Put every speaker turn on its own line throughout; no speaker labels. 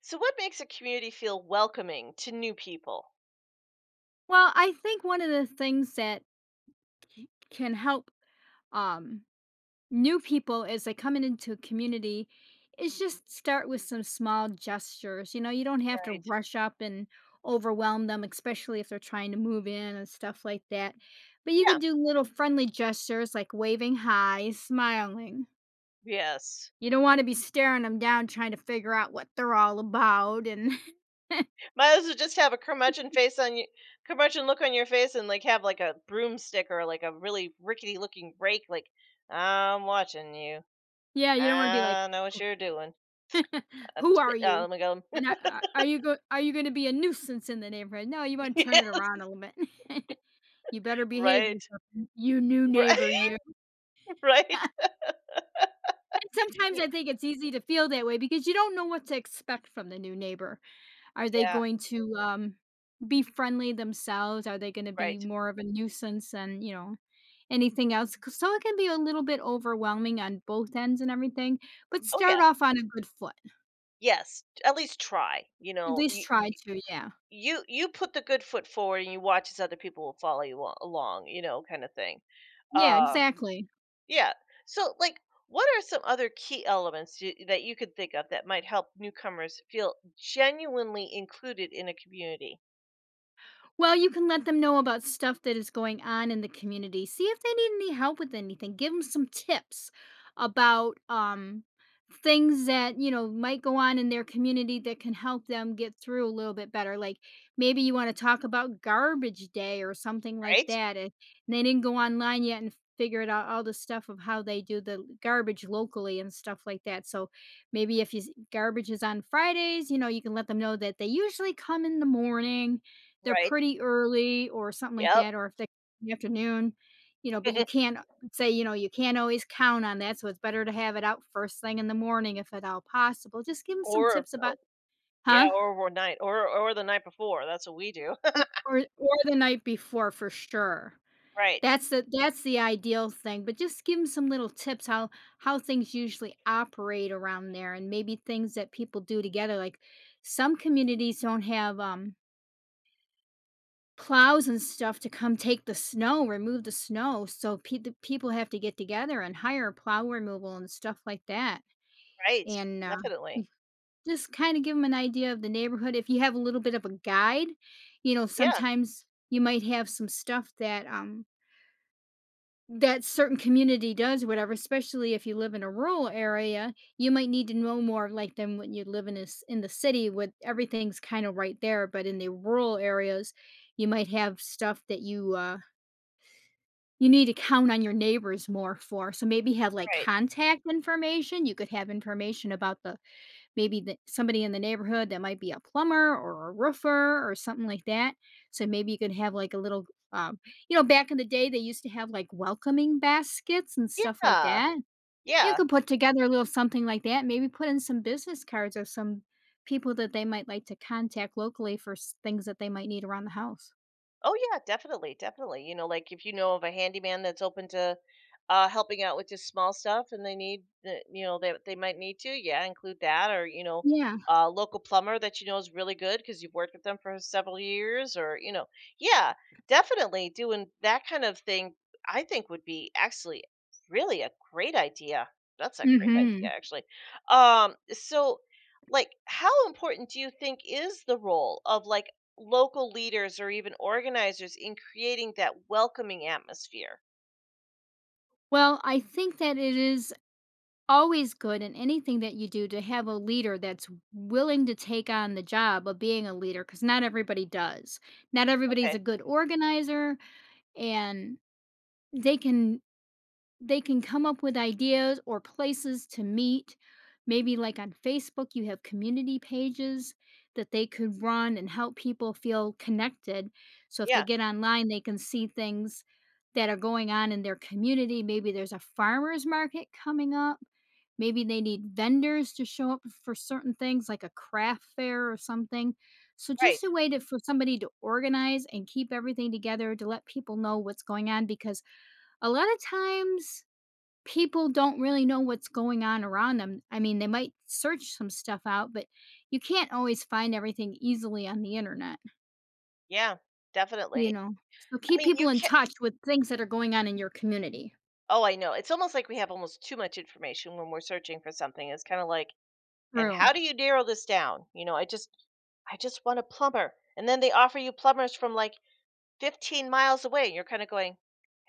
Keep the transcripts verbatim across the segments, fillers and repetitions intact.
So, what makes a community feel welcoming to new people?
Well, I think one of the things that c can help, um, new people as they come in into a community is just start with some small gestures, you know, you don't have to
Right.
rush up and overwhelm them, especially if they're trying to move in and stuff like that, but you
Yeah.
can do little friendly gestures like waving hi, smiling.
Yes.
You don't wanna be staring them down trying to figure out what they're all about, and
Might as well just have a curmudgeon face on you, curmudgeon look on your face, and like have like a broomstick or like a really rickety looking rake. Like, I'm watching you.
yeah, you don't wanna be like
I know what you're doing. A
Who are
spit. Oh,
you?
let me go.
And I I are you go are you gonna be a nuisance in the neighborhood? No, you wanna turn it around
Yes.
a little bit. You better behave
Right.
yourself, y you new
Right.
neighbor, you.
Right.
And sometimes
Ye-
I think it's easy to feel that way because you don't know what to expect from the new neighbor. Are they
Yeah.
going to, um, be friendly themselves? Are they gonna be
Right.
more of a nuisance and, you know, anything else? 'Cause so it can be a little bit overwhelming on both ends and everything, but
Oh yeah.
start off on a good foot.
Yes. At least try. You
At
know.
least
You,
try to, yeah.
you you put the good foot forward and you watch as other people will follow you al- along you know kind of thing.
Yeah,
um
exactly.
yeah, so like, what are some other key elements you, that you could think of that might help newcomers feel genuinely included in a community?
Well, you can let them know about stuff that is going on in the community. See if they need any help with anything. Give them some tips about um things that, you know, might go on in their community that can help them get through a little bit better. Like maybe you want to talk about garbage day or something like
Right.
that. And they didn't go online yet and figure out all the stuff of how they do the garbage locally and stuff like that. So maybe if you s- garbage is on Fridays, you know, you can let them know that they usually come in the morning they're
Right.
pretty early or something like
Yep.
that, or if they in the afternoon, you know, but you can't uh, say, you know, you can't always count on that, so it's better to have it out first thing in the morning if at all possible. Just give them some
or
tips
Oh,
about
yeah,
Huh?
or one night or or the night before, that's what we do.
Or or or the night before for sure.
Right.
That's the that's the ideal thing, but just give them some little tips how how things usually operate around there and maybe things that people do together, like, some communities don't have, um plows and stuff to come take the snow, remove the snow, so pe the people have to get together and hire plow removal and stuff like that,
Right,
and, uh,
definitely.
y just kinda give give them an idea of the neighborhood. If you have a little bit of a guide, you know,
Yeah.
sometimes you might have some stuff that, um, that certain community does, or whatever, especially if you live in a rural area, you might need to know more, like, than when you live in this in the city with everything's kinda right there, but in the rural areas, you might have stuff that you, uh You need to count on your neighbors more for so maybe have, like,
Right.
contact information, you could have information about the maybe the somebody in the neighborhood that might be a plumber or a roofer or something like that, so maybe you could have, like, a little, um you know, back in the day, they used to have, like, welcoming baskets and stuff like
Yeah.
that. You
Yeah.
could put together a little something like that, maybe put in some business cards or some people that they might like to contact locally for s things that they might need around the house.
Oh yeah, definitely, definitely. You know, like if you know of a handyman that's open to uh helping out with just small stuff and they need the you know that they, might need to, yeah, include that or you know,
Yeah.
a local plumber that you know is really good because you've worked with them for several years or you know, yeah, definitely doing that kind of thing I think would be actually really a great idea. That's a great idea
Mhm.
actually. Um so, like, how important do you think is the role of like local leaders or even organizers in creating that welcoming atmosphere?
Well, I think that it is always good in anything that you do to have a leader that's willing to take on the job of being a leader because not everybody does not everybody's
Okay.
a good organizer and they can they can come up with ideas or places to meet maybe like on facebook you have community pages that they could run and help people feel connected so if they
Yeah,
get online they can see things that are going on in their community maybe there's a farmers market coming up. Maybe they need vendors to show up for certain things like a craft fair or something. So
right.
just a way to for somebody to organize and keep everything together to let people know what's going on because a lot of times people don't really know what's going on around them. I mean, they might search some stuff out, but you can't always find everything easily on the internet,
Yeah,
you
definitely.
know. So
I
keep
mean, you
people in
can not
touch with things that are going on in your community.
Oh, I know. It's almost like we have almost too much information when we're searching for something. It's kind of like, and
True.
how do you narrow this down? You know, I just I just want a plumber. And then they offer you plumbers from like fifteen miles away and you're kind of going,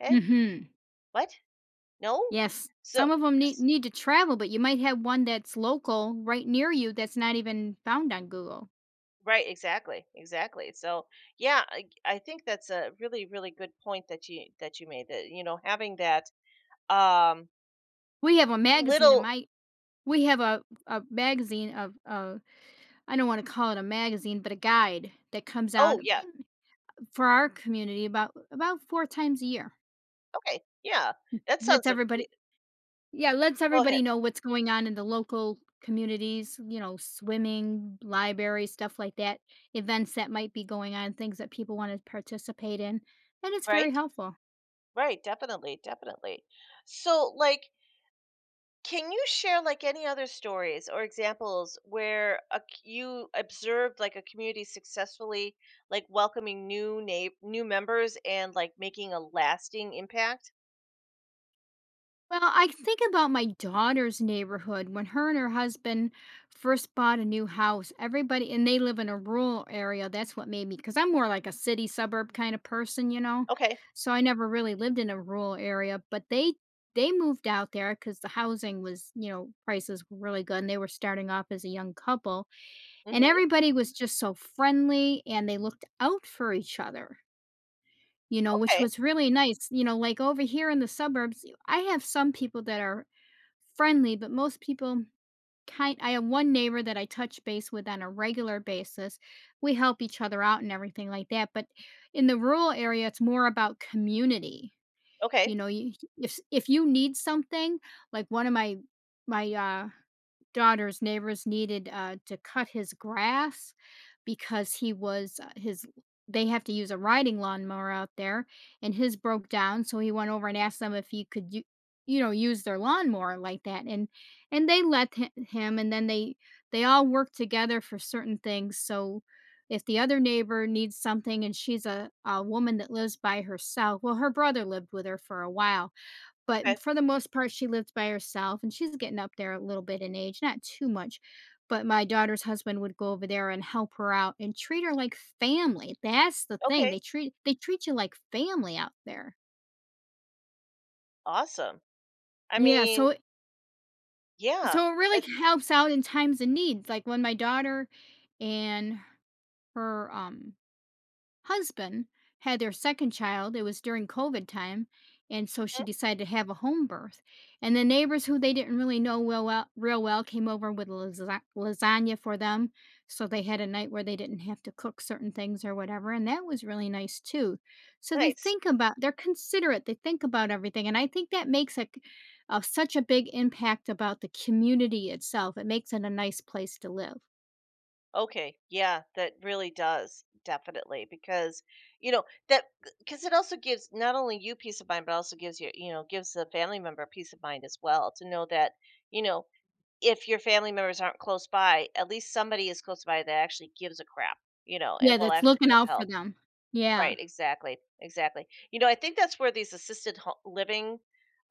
"Eh?
Mhm.
What? No?"
Yes.
So,
Some of them need need to travel, but you might have one that's local right near you that's not even found on Google.
right, exactly. Exactly. So, yeah, I, I think that's a really really good point that you that you made, that, you know, having that um
We have a magazine in
little.
my we have a a magazine of, uh I don't wanna call it a magazine, but a guide that comes
Oh
out in-
yeah.
for our community about about four times a year.
Okay. Yeah. That
Lets
sounds a,
everybody. Yeah, lets
go ahead.
everybody know what's going on in the local communities, you know, swimming, library, stuff like that, events that might be going on, things that people wanna participate in, and it's very
Right?
helpful.
Right, definitely, definitely. So, like, can you share like any other stories or examples where a, c- you observed like a community successfully like welcoming new na- new members and like making a lasting impact?
Well, I think about my daughter's neighborhood. When her and her husband first bought a new house, everybody, and they live in a rural area. That's what made me, because I'm more like a city suburb kind of person, you know?
Okay.
So I never really lived in a rural area, but they, they moved out there because the housing was, you know, prices were really good and they were starting off as a young couple. And
Mhm.
everybody was just so friendly and they looked out for each other, you know, which
Okay.
was really nice. You know, like over here in the suburbs, I have some people that are friendly, but most people kind I have one neighbor that I touch base with on a regular basis. We help each other out and everything like that, but in the rural area it's more about community.
Okay,
You know, you, if if you need something, like one of my my uh daughter's neighbors needed uh, to cut his grass because he was uh, his they have to use a riding lawnmower out there and his broke down so he went over and asked them if he could u- you know use their lawnmower like that and and they let hi- him and then they they all work together for certain things so if the other neighbor needs something and she's a, a woman that lives by herself well her brother lived with her for a while
okay,
but for the most part, she lived by herself, and she's getting up there a little bit in age, not too much. But my daughter's husband would go over there and help her out and treat her like family. That's the thing.
okay,
They treat they treat you like family out there.
awesome. I
Yeah,
mean,
so it
yeah,
so it really
it
helps out in times of need. Like when my daughter and her um husband had their second child. It was during COVID time. And so
mhm,
she decided to have a home birth. And the neighbors who they didn't really know well, well real well came over with lasa- lasagna for them. So they had a night where they didn't have to cook certain things or whatever. And that was really nice too. So they
nice.
think about, they're considerate. They think about everything. And I think that makes a, a such a big impact about the community itself. It makes it a nice place to live.
Okay, yeah, that really does, definitely, because, you know, that because it also gives not only you peace of mind, but also gives you you know, gives the family member peace of mind as well to know that, you know, if your family members aren't close by, at least somebody is close by that actually gives a crap, you know, and
Yeah,
will
that's
actually
looking
try
out
to
for
help.
them.
Right,
Yeah.
exactly, exactly. You know, I think that's where these assisted ho living,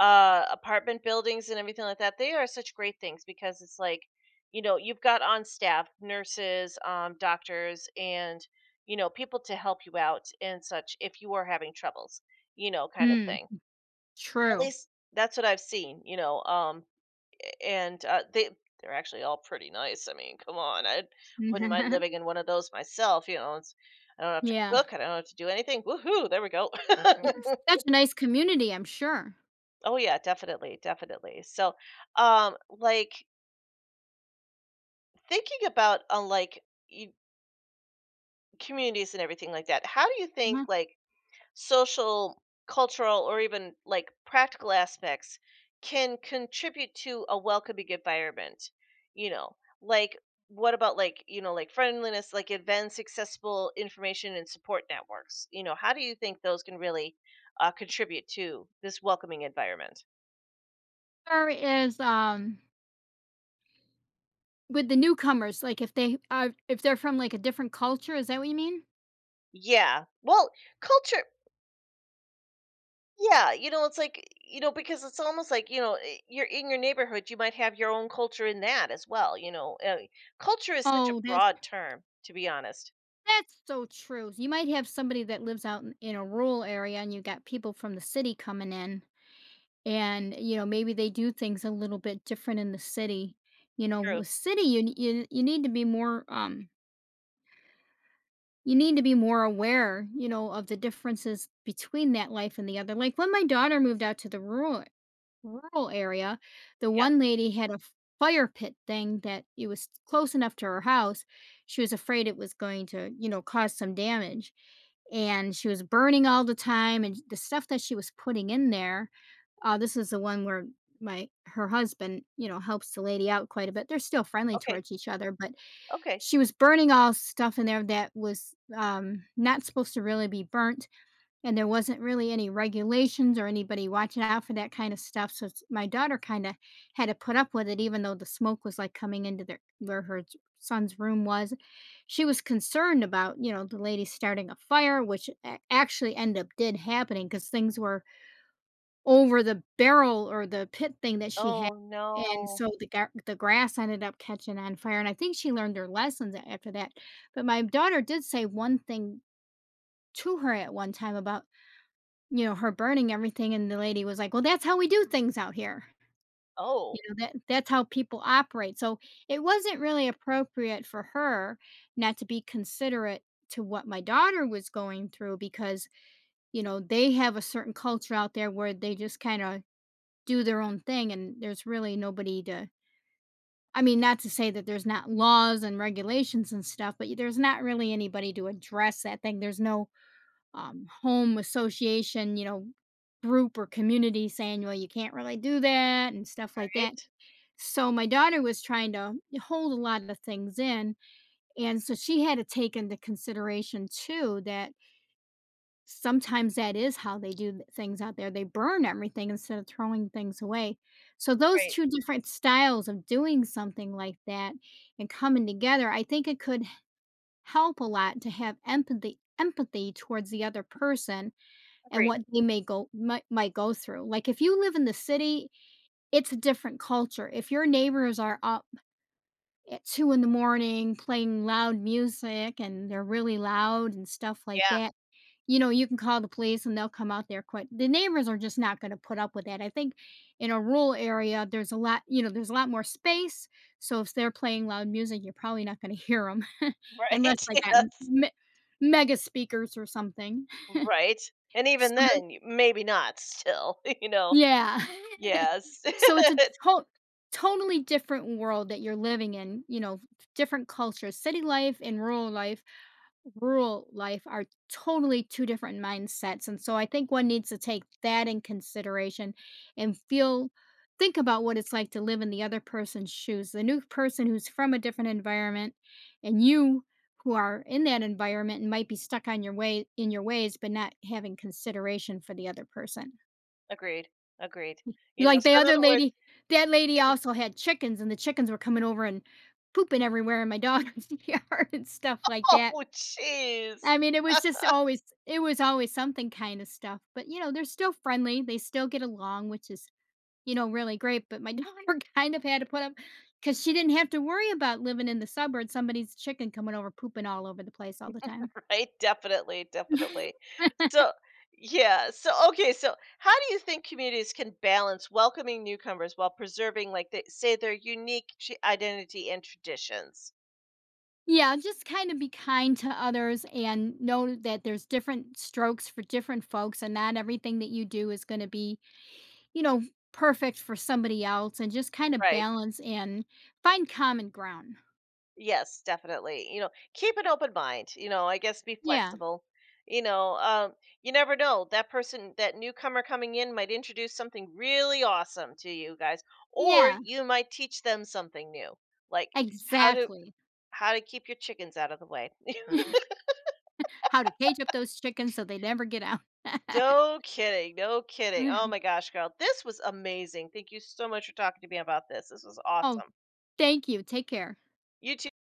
uh, apartment buildings and everything like that, they are such great things because it's like, you know, you've got on staff nurses, um, doctors, and, you know, people to help you out and such if you are having troubles, you know, kind of
Mm,
thing. At
true.
least that's what I've seen, you know, um, and, uh, they they're actually all pretty nice, I mean, come on, I wouldn't mind
Mhm.
living in one of those myself, you know, it's I don't have to
Yeah.
cook, I don't have to do anything, woohoo, there we go.
Yeah, such a nice community, I'm sure.
Oh, yeah, definitely, definitely, so, um, like, thinking about, uh, like, you communities and everything like that, how do you think,
Mhm.
like, social, cultural, or even like practical aspects can contribute to a welcoming environment. You know, like, what about like, you know, like friendliness, like events, accessible information, and support networks? You know, how do you think those can really uh, contribute to this welcoming environment?
Or is, um with the newcomers, like, if they are if they're from, like, a different culture, is that what you mean?
Yeah. Well, culture. Yeah, you know, it's like, you know, because it's almost like, you know, i- you're in your neighborhood, you might have your own culture in that as well, you know. Uh, culture is such a
Oh, that's
broad term, to be honest.
that's so true. You might have somebody that lives out in in a rural area, and you got people from the city coming in, and, you know, maybe they do things a little bit different in the city. You know,
True.
with city, you nee you you need to be more, um you need to be more aware, you know, of the differences between that life and the other. Like when my daughter moved out to the rural rural area, the
Yeah.
one lady had a f- fire pit thing that it was close enough to her house. She was afraid it was going to, you know, cause some damage. And she was burning all the time and the stuff that she was putting in there. Uh, this is the one where my her husband, you know, helps the lady out quite a bit. They're still friendly
Okay.
towards each other, but
Okay.
she was burning all stuff in there that was um, not supposed to really be burnt, and there wasn't really any regulations or anybody watching out for that kind of stuff. So it's- my daughter kind of had to put up with it, even though the smoke was like coming into their where her s- son's room was. She was concerned about, you know, the lady starting a fire, which a- actually end up did happening because things were over the barrel or the pit thing that she had,
Oh,
and
no.
so the gar the grass ended up catching on fire, and I think she learned her lessons a after that, but my daughter did say one thing to her at one time about, you know, her burning everything, and the lady was like, "Well, that's how we do things out here."
Oh,
You know, that that's how people operate, so it wasn't really appropriate for her not to be considerate to what my daughter was going through because, you know, they have a certain culture out there where they just kinda do their own thing and there's really nobody to. I mean, not to say that there's not laws and regulations and stuff, but there's not really anybody to address that thing. There's no um, home association, you know, group or community saying, well, you can't really do that and stuff like that.
right.
So my daughter was trying to hold a lot of things in. And so she had to take into consideration, too, that sometimes that is how they do th things out there, they burn everything instead of throwing things away. So those
Right.
two different styles of doing something like that and coming together, I think it could help a lot to have empathy empathy towards the other person and
Agreed.
what they may go might might go through. Like, if you live in the city, it's a different culture. If your neighbors are up at two in the morning playing loud music and they're really loud and stuff like
Yeah.
that, you know, you can call the police and they'll come out there quick. The neighbors are just not gonna put up with that. I think in a rural area, there's a lot, you know, there's a lot more space, so if they're playing loud music, you're probably not gonna hear hear them unless
Right.
they got m
Yes.
me mega speakers or something.
Right. And even
So the
then, y- maybe not still, you know.
yeah.
Yes.
So it's a to totally different world that you're living in, you know, different cultures. City life and rural life rural life are totally two different mindsets. And so I think one needs to take that in consideration and feel think about what it's like to live in the other person's shoes. The new person who's from a different environment, and you who are in that environment and might be stuck on your way in your ways but not having consideration for the other person.
Agreed. Agreed. You
You
know,
Like the
so in
other
other words,
lady, that lady
keep,
also had chickens and the chickens were coming over and pooping everywhere in my dog's yard and stuff like that.
oh, jeez.
I mean, it was just always it was always something kinda stuff, but, you know, they're still friendly, they still get along, which is, you know, really great, but my daughter kind of had to put up because she didn't have to worry about living in the suburbs, somebody's chicken coming over pooping all over the place all the time.
Right, definitely, definitely. So yeah, so okay, so how do you think communities can balance welcoming newcomers while preserving, like, they say, their unique ch identity and traditions?
Yeah, just kinda be kind to others and know that there's different strokes for different folks, and not everything that you do is gonna be, you know, perfect for somebody else, and just kinda
Right.
balance and find common ground.
Yes, definitely. You know, keep an open mind, you know, I guess be
Yeah.
flexible. You know, um, you never know, that person, that newcomer coming in might introduce something really awesome to you guys, or
Yeah,
you might teach them something new, like how to
exactly.
how to keep your chickens out of the way.
How to cage up those chickens so they never get out.
No kidding. No kidding. Oh my gosh, girl. This was amazing. Thank you so much for talking to me about this. This was
Oh,
awesome.
thank you. Take care.
You too.